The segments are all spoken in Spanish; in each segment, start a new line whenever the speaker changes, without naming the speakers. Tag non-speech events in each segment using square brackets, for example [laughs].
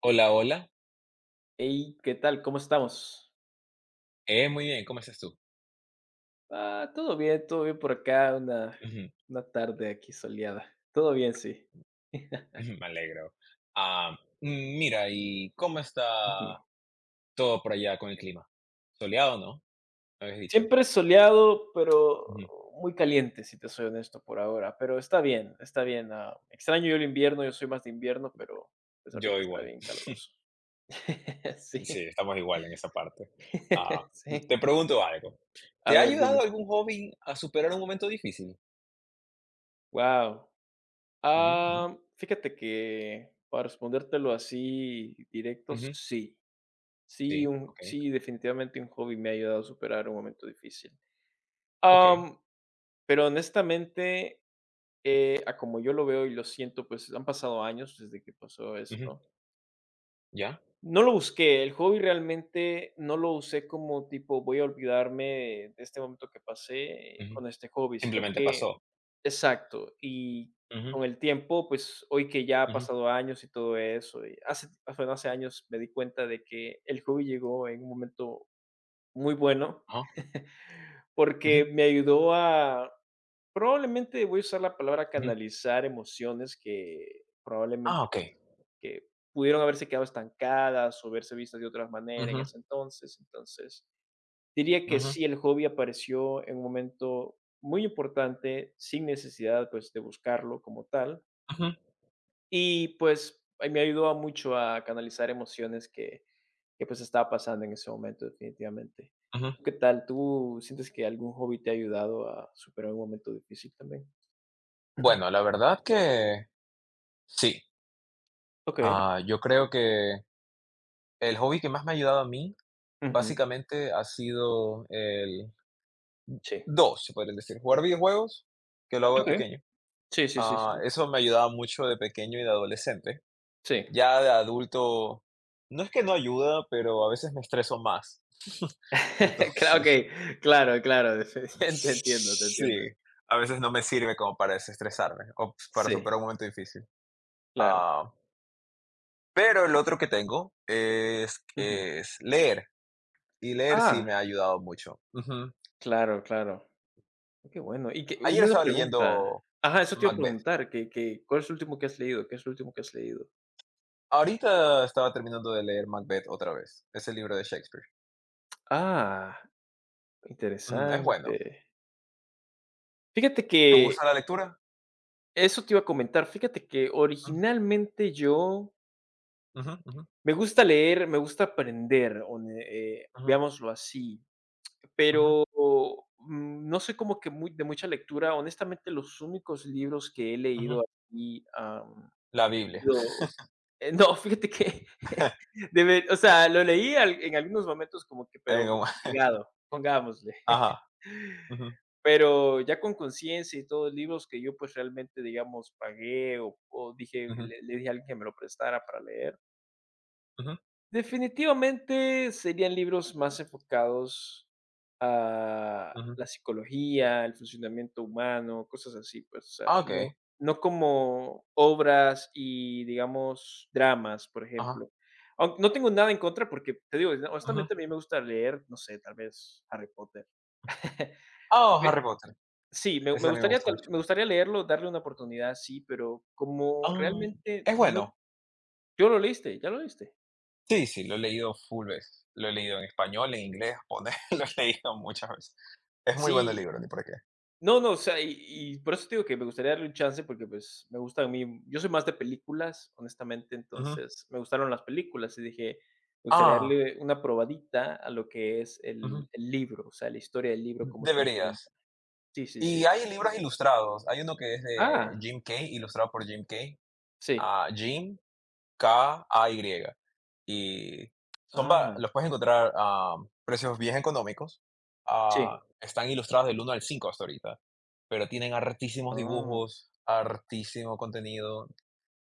Hola, hola.
Hey, ¿qué tal? ¿Cómo estamos?
Muy bien, ¿cómo estás tú?
Ah, todo bien por acá, una,
Ujú,
una tarde aquí soleada. Todo bien, sí. [laughs]
ujú, me alegro. Ah, mira, ¿y cómo
Ujú.
está todo por allá con el clima? ¿Soleado, no? Me habías dicho.
Siempre soleado,
Ujú,
pero muy caliente, si te soy honesto por ahora. Pero está bien, está bien. Ah, extraño yo el invierno, yo soy más de invierno, pero pues
yo
ahorita está
igual.
bien
[laughs]
caluroso. [laughs]
Sí,
Sí,
estamos igual en esa parte. Ah,
[laughs] sí.
te pregunto algo.
A
¿Te ha
ver, dime.
ayudado algún hobby a superar un momento difícil?
Wow.
Ujú, ujú,
Fíjate que para respondértelo así directo,
ujú,
sí. Sí,
sí,
un
ok,
sí, definitivamente un hobby me ha ayudado a superar un momento difícil.
ok.
Am, pero honestamente, a como yo lo veo y lo siento, pues han pasado años desde que pasó
Ujú,
esto.
¿ya?
No lo busqué, el hobby realmente no lo usé como tipo voy a olvidarme de este momento que pasé
Ujú.
con este hobby, sino
Simplemente
que
pasó.
exacto, y
Ujú,
con el tiempo, pues hoy que ya ha
ujú,
pasado años y todo eso, y hace, bueno, hace años me di cuenta de que el hobby llegó en un momento muy bueno.
ajá,
Porque
ujú,
me ayudó a probablemente voy a usar la palabra
ujú.
canalizar emociones que
Ah,
probablemente,
ok.
pues, que pudieron haberse quedado estancadas o verse vistas de otra manera en
Ujú,
ese entonces. Entonces, diría que
ujú,
sí, el hobby apareció en un momento muy importante, sin necesidad, pues, de buscarlo como tal.
ujú,
Y, pues, ahí me ayudó a mucho a canalizar emociones que pues estaba pasando en ese momento definitivamente.
ujú.
¿Qué tal? ¿Tú sientes que algún hobby te ha ayudado a superar un momento difícil también?
Bueno, la verdad que sí.
Okey,
Ah, yo creo que el hobby que más me ha ayudado a mí,
ujú,
básicamente, ha sido el
sí.
2, se podrían decir, jugar videojuegos, que lo hago de
Okey,
pequeño.
sí, sí, sí, sí,
Ah,
sí.
eso me ayudaba mucho de pequeño y de adolescente.
Sí.
Ya de adulto, no es que no ayuda, pero a veces me estreso más. [laughs]
[laughs] Cla
Entonces,
Okey, claro, claro. [laughs] Te entiendo, te
sí,
entiendo.
a veces no me sirve como para desestresarme o para
Sí,
superar un momento difícil.
claro.
Ah, pero el otro que tengo es,
Ujú.
es leer. Y leer sí
Ah,
me ha ayudado mucho. Ujú.
claro, claro. Qué bueno. Y que
Ayer
una
estaba
pregunta.
leyendo
Ajá, eso te iba a
Macbeth.
preguntar, ¿cuál es el último que has leído? ¿Qué es el último que has leído?
Ahorita estaba terminando de leer Macbeth otra vez. Es el libro de Shakespeare.
Ah,
Ujú, es bueno.
interesante. Fíjate
¿Te
que
gusta la lectura?
eso te iba a comentar. Fíjate que
Ujú,
originalmente yo
ujú, ujú,
me gusta leer, me gusta aprender,
ujú,
veámoslo así,
ujú,
pero no soy como que muy, de mucha lectura. Honestamente, los únicos libros que he
ujú.
leído aquí,
La Biblia.
lo- no, fíjate que, [laughs]
[laughs]
o sea, lo leí en algunos momentos como que,
En
pero
un-
obligado, pongámosle.
Ajá. Ujú,
Pero ya con conciencia y todos libros que yo, pues, realmente, digamos, pagué o dije
ujú,
le le dije a alguien que me lo prestara para leer.
ujú,
Definitivamente serían libros más enfocados a
ujú.
la psicología, el funcionamiento humano, cosas así, pues, o sea,
Ah, ok.
no como obras y, digamos, dramas, por
Ajá.
ejemplo. Aun no tengo nada en contra porque, te digo,
Ujú.
honestamente, a mí me gusta leer, no sé, tal vez Harry Potter. [laughs]
Ah, Harry Potter.
Sí, me
Ese
me
también me
gustaría
gusta
tal
mucho.
me gustaría leerlo, darle una oportunidad, sí, pero como
Ah,
realmente
es
no
bueno.
¿Tú lo leíste? ¿Ya lo leíste?
Sí, sí, lo he leído full veces. Lo he leído en español, en inglés, japonés, [laughs] lo he leído muchas veces. Es muy bueno el
Sí.
libro, ni por qué.
No, no, o sea, y por eso te digo que me gustaría darle un chance porque, pues, me gusta a mí yo soy más de películas, honestamente,
Ujú.
entonces me gustaron las películas y dije, me gustaría
Ah,
darle una probadita a lo que es
ujú.
el libro, o sea, la historia del libro, cómo te lo cuenta.
Deberías.
Sí, sí,
Y
sí.
hay libros ilustrados. Hay uno que es de
Ah,
Jim Kay, ilustrado por Jim Kay.
sí.
Ah, Jim Kay. Y
Ah,
los puedes encontrar a precios bien económicos. Ah,
sí.
están ilustrados del uno al 5 hasta ahorita. Pero tienen hartísimos
Oh,
dibujos, hartísimo contenido.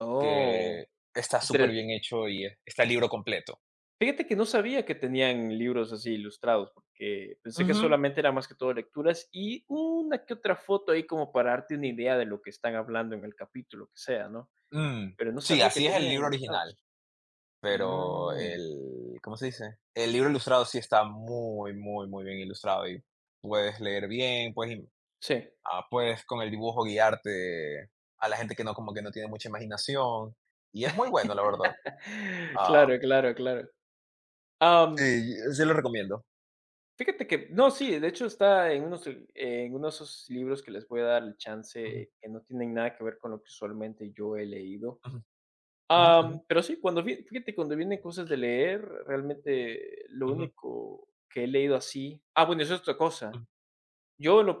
oh.
Que está súper bien hecho y es está el libro completo.
Fíjate que no sabía que tenían libros así ilustrados, porque pensé que
Ujú,
solamente era más que todo lecturas y una que otra foto ahí como para darte una idea de lo que están hablando en el capítulo que sea, ¿no?
mm.
Pero no
Sí,
sabía que
así es el
tenían
libro original,
ilustrados.
pero
Mm,
el ¿cómo se dice? El libro ilustrado sí está muy, muy, muy bien ilustrado y puedes leer bien,
sí.
puedes con el dibujo guiarte a la gente que no como que no tiene mucha imaginación, y es muy bueno, la verdad.
[laughs]
Ah,
Claro, claro, claro. Am,
sí, sí lo recomiendo.
Fíjate que no, sí, de hecho está en unos de esos libros que les voy a dar el
Ujú,
chance, que no tienen nada que ver con lo que usualmente yo he leído.
ujú, ujú, ujú,
Pero sí, cuando vi fíjate, cuando vienen cosas de leer, realmente lo
ujú,
único que he leído así ah, bueno, eso es otra cosa.
ujú.
Yo, en lo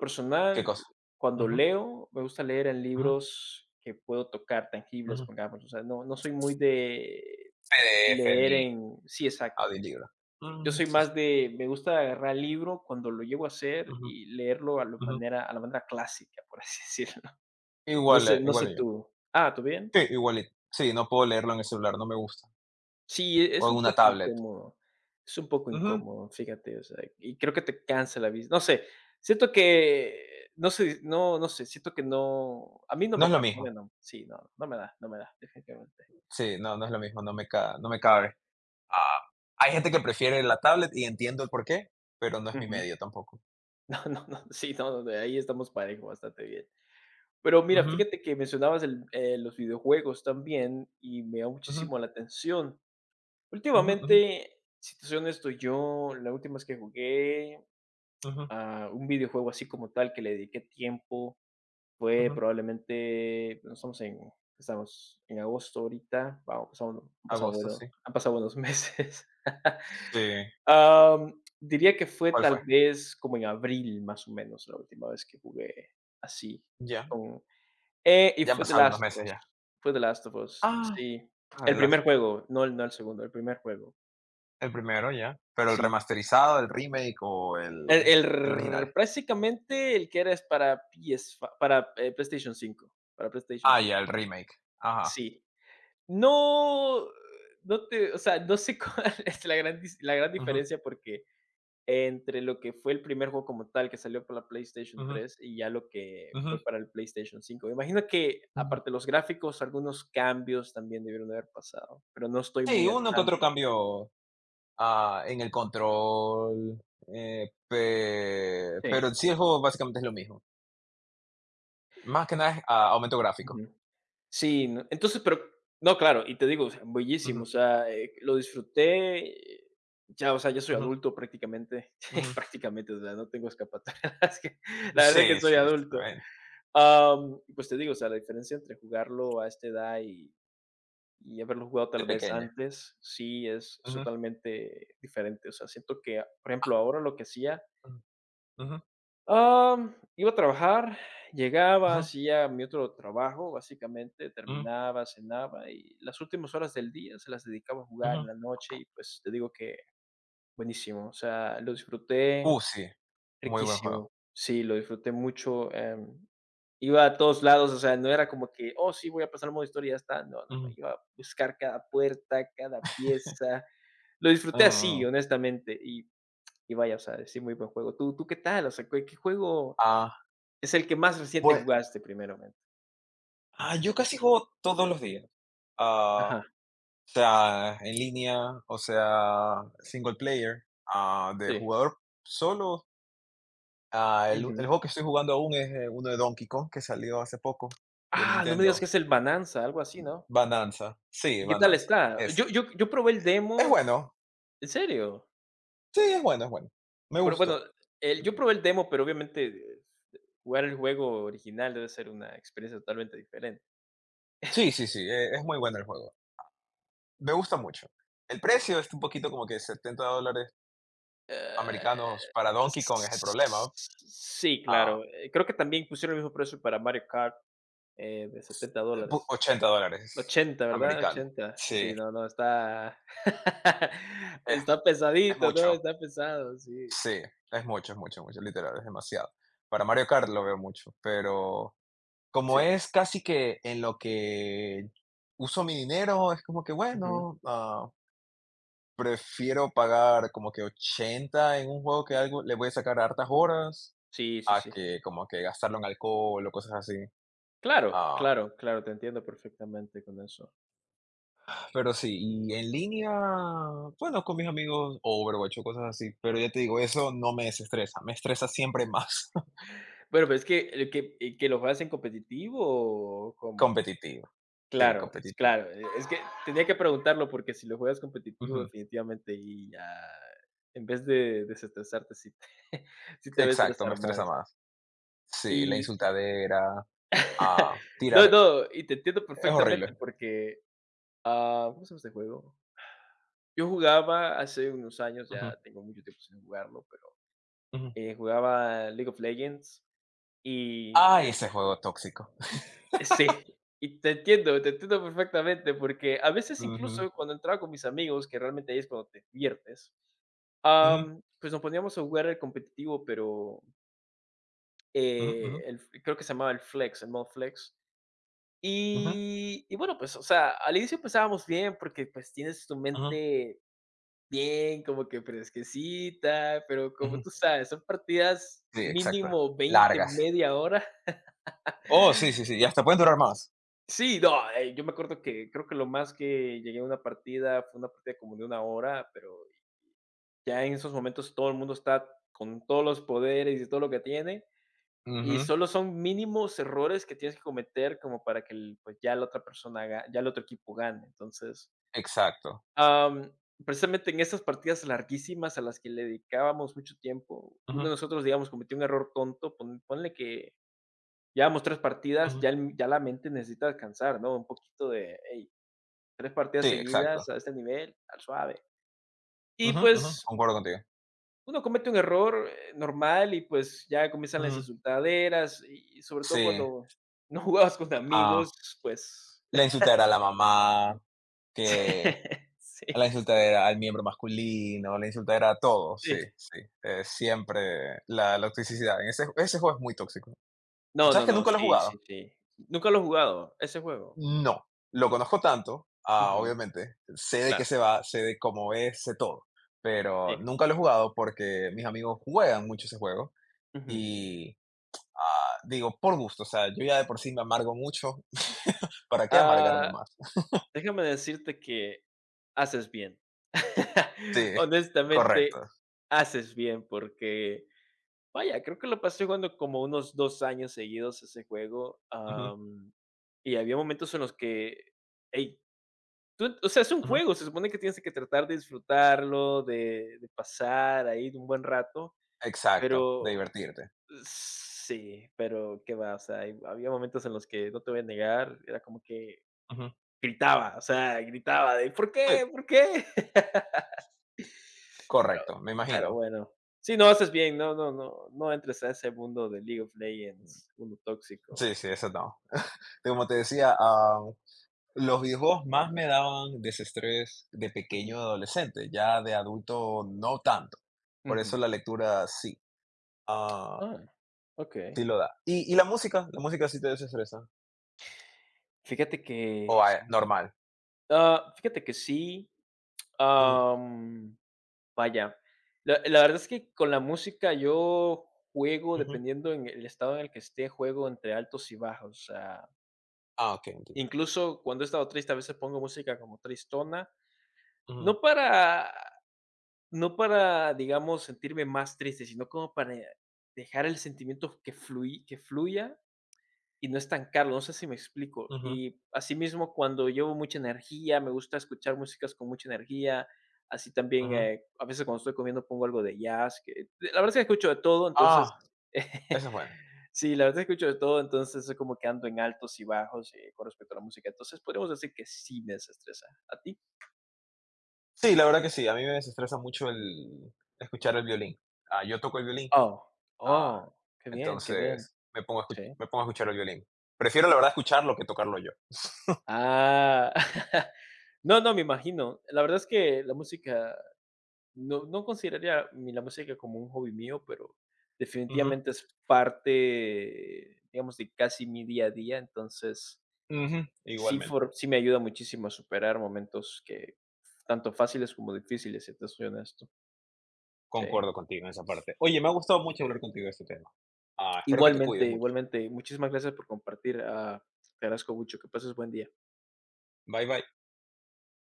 ¿Qué cosa?
personal, cuando
Ujú,
leo, me gusta leer en
ujú,
libros que puedo tocar, tangibles,
ujú.
pongamos, o sea, no soy muy de
PDF
leer
ni
en sí, exacto.
audio libro.
Yo
Mm,
soy
sí, sí.
más de me gusta agarrar el libro cuando lo llego a hacer
Ujú,
y leerlo
ujú.
a la manera clásica, por así [laughs] decirlo.
Igual,
No sé
igual yo.
tú. Ah, ¿tú bien?
Sí, igualito. Sí, no puedo leerlo en el celular, no me gusta.
Sí,
O
es
en
un
una
poco
tablet.
incómodo, es un poco
Ujú,
incómodo, fíjate, o sea, y creo que te cansa la vis no sé, siento que, no sé, no sé, siento que no, a mí
no es lo mismo.
no, sí, no, no me da, no me da, definitivamente.
Sí, no, no es lo mismo, no me cabe. Ah, hay gente que prefiere la tablet y entiendo el porqué, pero no es mi
Ujú. [laughs]
medio tampoco.
No, no, no, sí, no, no, de ahí estamos parejo, bastante bien. Pero mira,
Ujú,
fíjate que mencionabas el, los videojuegos también, y me da
ujú,
muchísimo la atención.
ujú, ujú,
Últimamente, si te soy honesto, yo la última vez que jugué
ujú,
a un videojuego así como tal, que le dediqué tiempo fue
ujú.
probablemente, no estamos en estamos en agosto ahorita, wao, pasaron
Agosto, sí.
han pasado buenos [laughs] meses.
Sí,
Diría que fue
¿cuál fue?
tal vez como en abril, más o menos, la última vez que jugué así
Ya,
con y
ya han
fue The
pasado algunos
Last of
meses
Us,
ya. Ah,
sí. El
el as
primer juego, no el segundo, el primer juego,
el primero ya, pero el
sí.
remasterizado, el remake o el
El
el
r
original.
prácticamente el que era es para PS5 para PlayStation
Ah,
cinco
ya, el remake. Ajá.
Sí. No, no te, o sea, no sé cuál [laughs] es la gran
Ujú,
diferencia porque entre lo que fue el primer juego como tal que salió para la PlayStation
ujú,
tres y ya lo que
ujú,
fue para el PlayStation 5. Me imagino que
ujú.
aparte de los gráficos, algunos cambios también debieron haber pasado, pero no estoy
Sí,
muy al
uno que otro
tanto.
cambio, en el control,
Sí.
pero sí el juego básicamente es lo mismo. Más que nada es, aumento gráfico.
Sí, no, entonces, pero no, claro, y te digo, o sea, bellísimo,
Ujú,
o sea, lo disfruté, eh, ya, o sea, ya soy
ujú,
adulto prácticamente, [laughs]
ujú.
prácticamente, o sea, no tengo escapatoria, [laughs] la verdad es [laughs] que la verdad es que
Sí,
soy
sí, sí,
adulto. Y pues te digo, o sea, la diferencia entre jugarlo a esta edad y haberlo jugado
de
tal vez
pequeña.
antes, sí es
Ujú,
totalmente diferente, o sea, siento que, por ejemplo, ahora lo que hacía.
ujú, ujú,
Iba a trabajar, llegaba,
ujú,
hacía mi otro trabajo, básicamente,
ujú,
terminaba, cenaba y las últimas horas del día se las dedicaba a jugar en
ujú.
la noche y pues te digo que buenísimo, o sea, lo disfruté
Sí, muy buen juego.
riquísimo, sí, lo disfruté mucho, iba a todos lados, o sea, no era como que, oh, sí, voy a pasar el modo historia y ya está, no, no, no,
Ujú.
iba a buscar cada puerta, cada pieza, lo
Mm,
disfruté así,
mm.
honestamente, y vaya, o sea, sí, muy buen juego. ¿Tú, tú qué tal? O sea, ¿qué, qué juego?
Ah,
Es el que más reciente
bue
jugaste primeramente.
yo casi juego todos los días. Ah
Ajá,
O sea, en línea, o sea, single player, de
sí.
jugador solo. El
Ujú.
juego que estoy jugando aún es uno de Donkey Kong que salió hace poco de
Ah, no me digas que
Nintendo.
es el Bananza, algo así, ¿no?
Bandanza. Sí,
¿Y qué tal
Bandanza.
está?
Ese.
Yo probé el
Es
demo.
bueno.
¿En serio?
Sí, es bueno, es bueno. Me
Pero bueno,
gustó.
el yo probé el demo, pero obviamente jugar el juego original debe ser una experiencia totalmente diferente.
Sí,
[laughs]
sí, sí. Es muy bueno el juego. Me gusta mucho. El precio es un poquito como que 70 dólares americanos
Eh,
para Donkey Kong es el
s-
problema.
sí,
ah,
claro, creo que también pusieron el mismo precio para Mario Kart, de setenta dólares.
80 dólares
80, ¿verdad?
americanos.
80.
Sí,
Sí, no, no, está [laughs]
es,
está
es
pesadito, ¿no?
mucho.
Está pesado, sí.
Sí, es mucho, mucho, literal, es demasiado. Para Mario Kart lo veo mucho, pero como
Sí.
es casi que en lo que uso mi dinero, es como que,
Ujú.
bueno, prefiero pagar como que 80 en un juego que algo le voy a sacar hartas horas
Sí, sí,
a
sí.
que como que gastarlo en alcohol o cosas así.
Claro,
Ah,
claro, claro, te entiendo perfectamente con eso.
pero sí, y en línea, bueno, con mis amigos, Overwatch o cosas así, pero ya te digo, eso no me desestresa, me estresa siempre más. [laughs]
Bueno, pero es que el que y que lo juegas competitivo, ¿o cómo?
Competitivo, sí,
Claro, s
competitivo.
claro, es que tenía que preguntarlo porque si lo juegas competitivo
Ujú,
definitivamente y ya, en vez de desestresarte, sí te [laughs] sí te va a
exacto, me
estresar
estresa
más.
más. Sí, la
Y
insultadera, a
no,
tirar,
no, y te entiendo
es
perfectamente
horrible.
porque Ah, ¿cómo se llama este juego? Yo jugaba hace unos años,
Ujú,
ya tengo mucho tiempo sin jugarlo, pero,
ujú.
jugaba League of Legends y
Ay, ese juego tóxico.
sí, y te entiendo perfectamente, porque a veces
Ujú,
incluso cuando entraba con mis amigos, que realmente ahí es cuando te diviertes,
ujú,
pues nos poníamos a jugar el competitivo, pero,
ujú, ujú,
el f creo que se llamaba el Flex, el modo Flex.
ujú,
Y bueno, pues, o sea, al inicio empezábamos bien porque, pues, tienes tu
ujú,
mente bien, como que fresquecita, pero como
ujú.
tú sabes, son partidas
Sí, exacto.
mínimo 20
Largas.
media hora.
Oh, sí, sí, sí, y hasta pueden durar más.
Sí, no, yo me acuerdo que creo que lo más que llegué a una partida fue una partida como de una hora, pero ya en esos momentos todo el mundo está con todos los poderes y todo lo que tiene, y
Ujú,
solo son mínimos errores que tienes que cometer como para que el, pues ya la otra persona haga, ya el otro equipo gane. Entonces,
exacto.
Am, precisamente en esas partidas larguísimas a las que le dedicábamos mucho tiempo, uno de
Ujú,
nosotros, digamos, cometió un error tonto, ponle que llevábamos 3 partidas,
ujú.
ya la mente necesita descansar, ¿no? Un poquito de: "Hey, 3 partidas
Sí,
seguidas
exacto.
a este nivel, al suave". Y,
Ujú, ujú,
pues,
concuerdo contigo.
uno comete un error, normal y, pues, ya comienzan las
Ujú,
insultaderas y sobre todo
sí.
cuando no jugabas con
Ah,
amigos, pues
la insultadera a la mamá,
[laughs] sí,
que A la
sí,
insultadera, al miembro masculino, la insultadera a todo, sí,
sí.
sí, siempre la toxicidad. En ese juego es muy tóxico.
No,
¿Sabes
no,
que
no,
nunca lo he
sí,
jugado?
sí, sí. ¿Nunca lo he jugado, ese juego?
No, lo conozco tanto,
Ujú,
obviamente, sé de qué
claro,
se va, sé de cómo es, sé todo, pero
sí,
nunca lo he jugado porque mis amigos juegan mucho ese juego
ujú.
y, digo, por gusto, o sea, yo ya de por sí me amargo mucho, ¿para qué amargarme
Ah,
más? [laughs]
déjame decirte que haces bien. [laughs]
Sí,
Honestamente,
correcto.
haces bien porque, vaya, creo que lo pasé jugando como unos 2 años seguidos ese juego,
Ujú,
y había momentos en los que, ey, tú o sea, es un
ujú,
juego, se supone que tienes que tratar de disfrutarlo, de pasar ahí un buen rato,
exacto, de
pero
divertirte.
sí, pero qué va, o sea, hay había momentos en los que, no te voy a negar, era como que
Ujú,
gritaba, o sea, gritaba de: "¿Por
sí,
qué? ¿Por qué?". [laughs] Pero
correcto, me
pero
imagino.
bueno. Sí, no, haces bien, no entres a ese mundo de League of Legends, mundo tóxico.
Sí, sí, eso no. Como te decía, los videojuegos más me daban desestrés de
Ujú,
pequeño adolescente, ya de adulto no tanto. Por eso
ujú.
la lectura sí, ah,
Ah, okey.
sí lo da. ¿Y la música? ¿La música sí te desestresa?
Fíjate que
¿O
sí.
normal?
Ah, fíjate que sí,
Ujú,
am vaya, la verdad es que con la música yo juego,
ujú.
dependiendo en el estado en el que esté, juego entre altos y bajos, o sea,
Ah, ok, entiendo.
incluso cuando he estado triste, a veces pongo música como tristona,
Ujú,
no para no para, digamos, sentirme más triste, sino como para dejar el sentimiento que fluya y no estancarlo, no sé si me explico.
ujú,
Y asimismo, cuando llevo mucha energía, me gusta escuchar músicas con mucha energía, así también,
ujú.
a veces cuando estoy comiendo pongo algo de jazz, que la verdad es que escucho de todo, entonces,
Ah, eso es bueno.
[laughs] sí, la verdad es que escucho de todo, entonces es como que ando en altos y bajos con respecto a la música, entonces podríamos decir que sí me desestresa. ¿A ti?
Sí, la verdad que sí, a mí me desestresa mucho el escuchar el violín. Ah, yo toco el violín,
Oh,
ah,
oh, qué bien,
entonces
sí.
me pongo a escuchar el violín. Prefiero la verdad escucharlo que tocarlo yo.
Ah, [laughs] no, no, me imagino. La verdad es que la música no no consideraría mi la música como un hobby mío, pero
Ujú,
definitivamente es parte, digamos, de casi mi día a día, entonces
ujú, igualmente,
sí me ayuda muchísimo a superar momentos que tanto fáciles como difíciles, si te soy honesto. Sí.
concuerdo contigo en esa parte. Oye, me ha gustado mucho hablar contigo de este tema. Ah, espero que te
Igualmente,
cuides mucho.
igualmente, muchísimas gracias por compartir, ah, te agradezco mucho, que pases buen día.
Bye bye.